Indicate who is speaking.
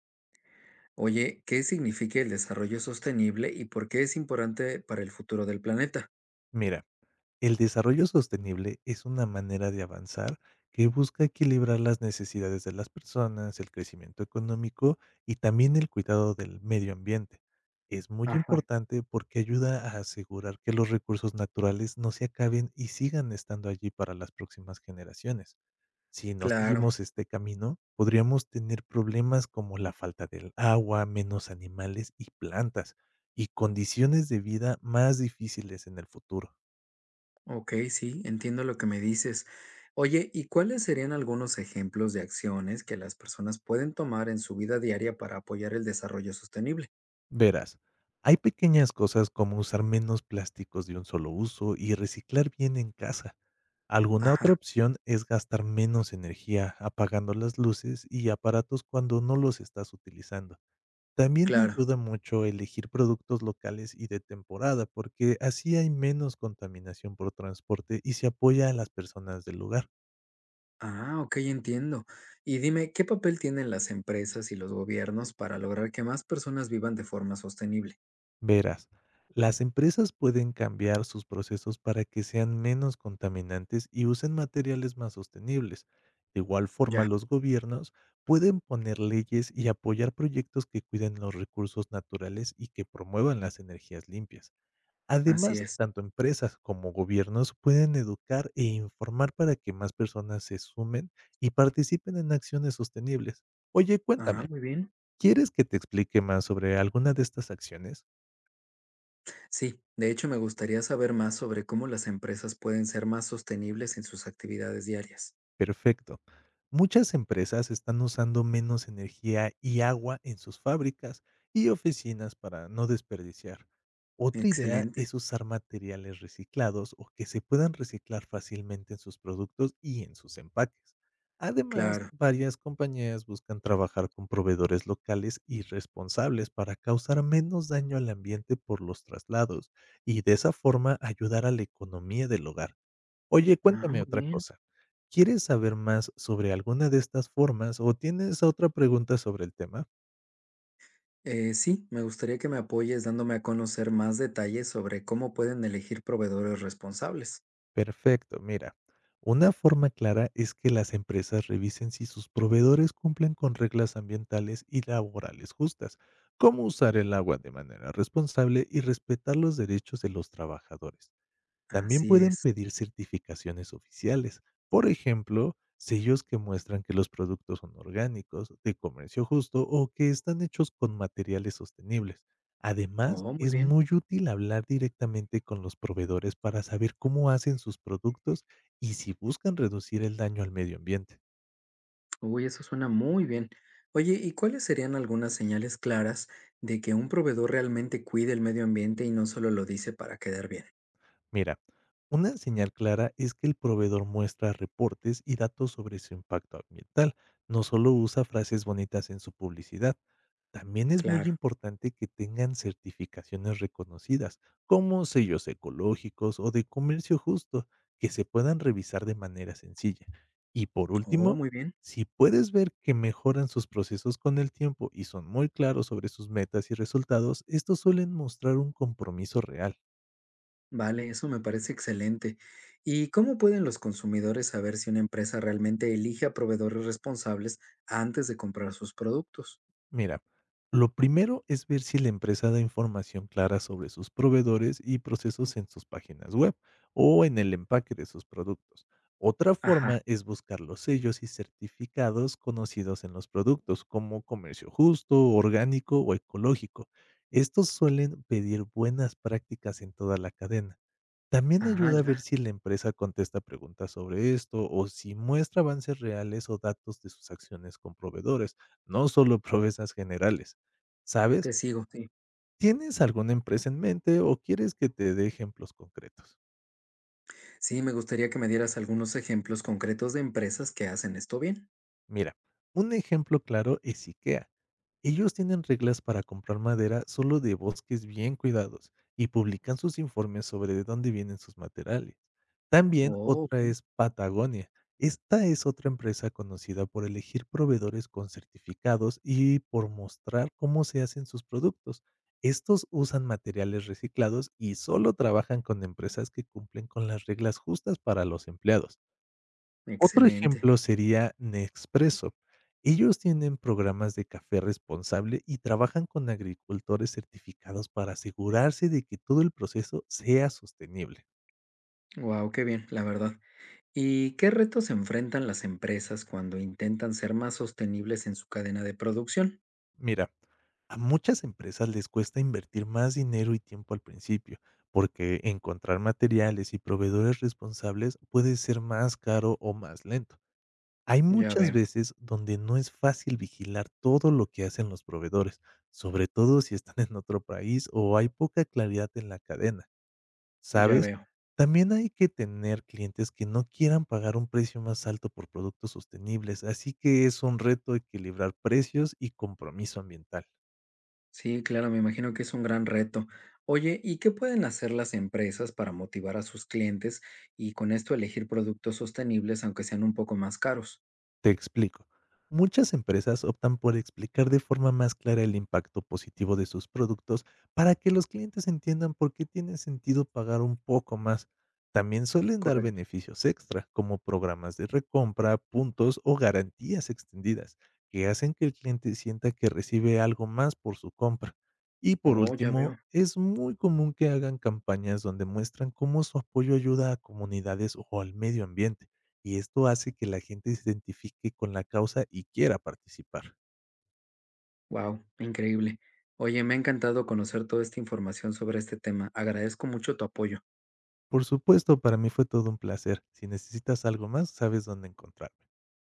Speaker 1: Oye, ¿qué significa el desarrollo sostenible y por qué es importante para el futuro del planeta?
Speaker 2: Mira, el desarrollo sostenible es una manera de avanzar que busca equilibrar las necesidades de las personas, el crecimiento económico y también el cuidado del medio ambiente. Es muy
Speaker 1: Ajá.
Speaker 2: importante porque ayuda a asegurar que los recursos naturales no se acaben y sigan estando allí para las próximas generaciones. Si no
Speaker 1: Claro,
Speaker 2: seguimos este camino, podríamos tener problemas como la falta del agua, menos animales y plantas, y condiciones de vida más difíciles en el futuro.
Speaker 1: ok, sí, entiendo lo que me dices. Oye, ¿y cuáles serían algunos ejemplos de acciones que las personas pueden tomar en su vida diaria para apoyar el desarrollo sostenible?
Speaker 2: Verás, hay pequeñas cosas como usar menos plásticos de un solo uso y reciclar bien en casa. Alguna otra
Speaker 1: Ajá,
Speaker 2: opción es gastar menos energía apagando las luces y aparatos cuando no los estás utilizando. También
Speaker 1: claro.
Speaker 2: ayuda mucho elegir productos locales y de temporada porque así hay menos contaminación por transporte y se apoya a las personas del lugar.
Speaker 1: Ah, ok, entiendo. Y dime, ¿qué papel tienen las empresas y los gobiernos para lograr que más personas vivan de forma sostenible?
Speaker 2: Verás, las empresas pueden cambiar sus procesos para que sean menos contaminantes y usen materiales más sostenibles. De igual forma,
Speaker 1: Ya,
Speaker 2: los gobiernos pueden poner leyes y apoyar proyectos que cuiden los recursos naturales y que promuevan las energías limpias.
Speaker 1: así
Speaker 2: Además,
Speaker 1: es.
Speaker 2: tanto empresas como gobiernos pueden educar e informar para que más personas se sumen y participen en acciones sostenibles. Oye,
Speaker 1: Ah,
Speaker 2: cuéntame,
Speaker 1: muy bien.
Speaker 2: ¿quieres que te explique más sobre alguna de estas acciones?
Speaker 1: Sí, de hecho me gustaría saber más sobre cómo las empresas pueden ser más sostenibles en sus actividades diarias.
Speaker 2: Perfecto. Muchas empresas están usando menos energía y agua en sus fábricas y oficinas para no desperdiciar. Otra idea es
Speaker 1: Excelente,
Speaker 2: usar materiales reciclados o que se puedan reciclar fácilmente en sus productos y en sus empaques. Además,
Speaker 1: claro.
Speaker 2: varias compañías buscan trabajar con proveedores locales y responsables para causar menos daño al ambiente por los traslados y de esa forma ayudar a la economía del hogar. Oye,
Speaker 1: Ah,
Speaker 2: cuéntame
Speaker 1: muy
Speaker 2: otra
Speaker 1: bien.
Speaker 2: cosa, ¿quieres saber más sobre alguna de estas formas o tienes otra pregunta sobre el tema?
Speaker 1: Sí, me gustaría que me apoyes dándome a conocer más detalles sobre cómo pueden elegir proveedores responsables.
Speaker 2: Perfecto, mira, una forma clara es que las empresas revisen si sus proveedores cumplen con reglas ambientales y laborales justas, como usar el agua de manera responsable y respetar los derechos de los trabajadores. También
Speaker 1: Así
Speaker 2: pueden
Speaker 1: es.
Speaker 2: pedir certificaciones oficiales, por ejemplo, sellos que muestran que los productos son orgánicos, de comercio justo o que están hechos con materiales sostenibles. Además,
Speaker 1: Oh, muy
Speaker 2: es
Speaker 1: bien.
Speaker 2: muy útil hablar directamente con los proveedores para saber cómo hacen sus productos y si buscan reducir el daño al medio ambiente.
Speaker 1: Uy, eso suena muy bien. Oye, ¿y cuáles serían algunas señales claras de que un proveedor realmente cuide el medio ambiente y no solo lo dice para quedar bien?
Speaker 2: Mira, una señal clara es que el proveedor muestra reportes y datos sobre su impacto ambiental, no solo usa frases bonitas en su publicidad. También es muy
Speaker 1: Claro.
Speaker 2: importante que tengan certificaciones reconocidas, como sellos ecológicos o de comercio justo, que se puedan revisar de manera sencilla. Y por
Speaker 1: Oh,
Speaker 2: último,
Speaker 1: muy bien.
Speaker 2: si puedes ver que mejoran sus procesos con el tiempo y son muy claros sobre sus metas y resultados, estos suelen mostrar un compromiso real.
Speaker 1: Vale, eso me parece excelente. ¿Y cómo pueden los consumidores saber si una empresa realmente elige a proveedores responsables antes de comprar sus productos?
Speaker 2: Mira, lo primero es ver si la empresa da información clara sobre sus proveedores y procesos en sus páginas web o en el empaque de sus productos. Otra
Speaker 1: Ajá,
Speaker 2: forma es buscar los sellos y certificados conocidos en los productos, como comercio justo, orgánico o ecológico. Estos suelen pedir buenas prácticas en toda la cadena. También
Speaker 1: ajá,
Speaker 2: ayuda a ver
Speaker 1: ya,
Speaker 2: si la empresa contesta preguntas sobre esto o si muestra avances reales o datos de sus acciones con proveedores, no solo proezas generales. ¿Sabes?
Speaker 1: te sigo, sí.
Speaker 2: ¿Tienes alguna empresa en mente o quieres que te dé ejemplos concretos?
Speaker 1: Sí, me gustaría que me dieras algunos ejemplos concretos de empresas que hacen esto bien.
Speaker 2: Mira, un ejemplo claro es IKEA. Ellos tienen reglas para comprar madera solo de bosques bien cuidados y publican sus informes sobre de dónde vienen sus materiales. También
Speaker 1: Oh,
Speaker 2: otra
Speaker 1: ok,
Speaker 2: es Patagonia. Esta es otra empresa conocida por elegir proveedores con certificados y por mostrar cómo se hacen sus productos. Estos usan materiales reciclados y solo trabajan con empresas que cumplen con las reglas justas para los empleados. Otro
Speaker 1: excelente.
Speaker 2: ejemplo sería Nespresso. Ellos tienen programas de café responsable y trabajan con agricultores certificados para asegurarse de que todo el proceso sea sostenible.
Speaker 1: Wow, qué bien, la verdad. ¿Y qué retos enfrentan las empresas cuando intentan ser más sostenibles en su cadena de producción?
Speaker 2: Mira, a muchas empresas les cuesta invertir más dinero y tiempo al principio, porque encontrar materiales y proveedores responsables puede ser más caro o más lento. Hay
Speaker 1: Ya
Speaker 2: muchas
Speaker 1: veo,
Speaker 2: veces donde no es fácil vigilar todo lo que hacen los proveedores, sobre todo si están en otro país o hay poca claridad en la cadena,
Speaker 1: ya
Speaker 2: ¿sabes?
Speaker 1: veo.
Speaker 2: También hay que tener clientes que no quieran pagar un precio más alto por productos sostenibles, así que es un reto equilibrar precios y compromiso ambiental.
Speaker 1: Sí, claro, me imagino que es un gran reto. Oye, ¿y qué pueden hacer las empresas para motivar a sus clientes y con esto elegir productos sostenibles, aunque sean un poco más caros?
Speaker 2: Te explico. Muchas empresas optan por explicar de forma más clara el impacto positivo de sus productos para que los clientes entiendan por qué tiene sentido pagar un poco más. También suelen dar
Speaker 1: Correcto.
Speaker 2: beneficios extra, como programas de recompra, puntos o garantías extendidas, que hacen que el cliente sienta que recibe algo más por su compra. Y por
Speaker 1: Oh, ya
Speaker 2: último,
Speaker 1: veo.
Speaker 2: es muy común que hagan campañas donde muestran cómo su apoyo ayuda a comunidades o al medio ambiente y esto hace que la gente se identifique con la causa y quiera participar.
Speaker 1: Wow, increíble. Oye, me ha encantado conocer toda esta información sobre este tema. Agradezco mucho tu apoyo.
Speaker 2: Por supuesto, para mí fue todo un placer. Si necesitas algo más, sabes dónde encontrar.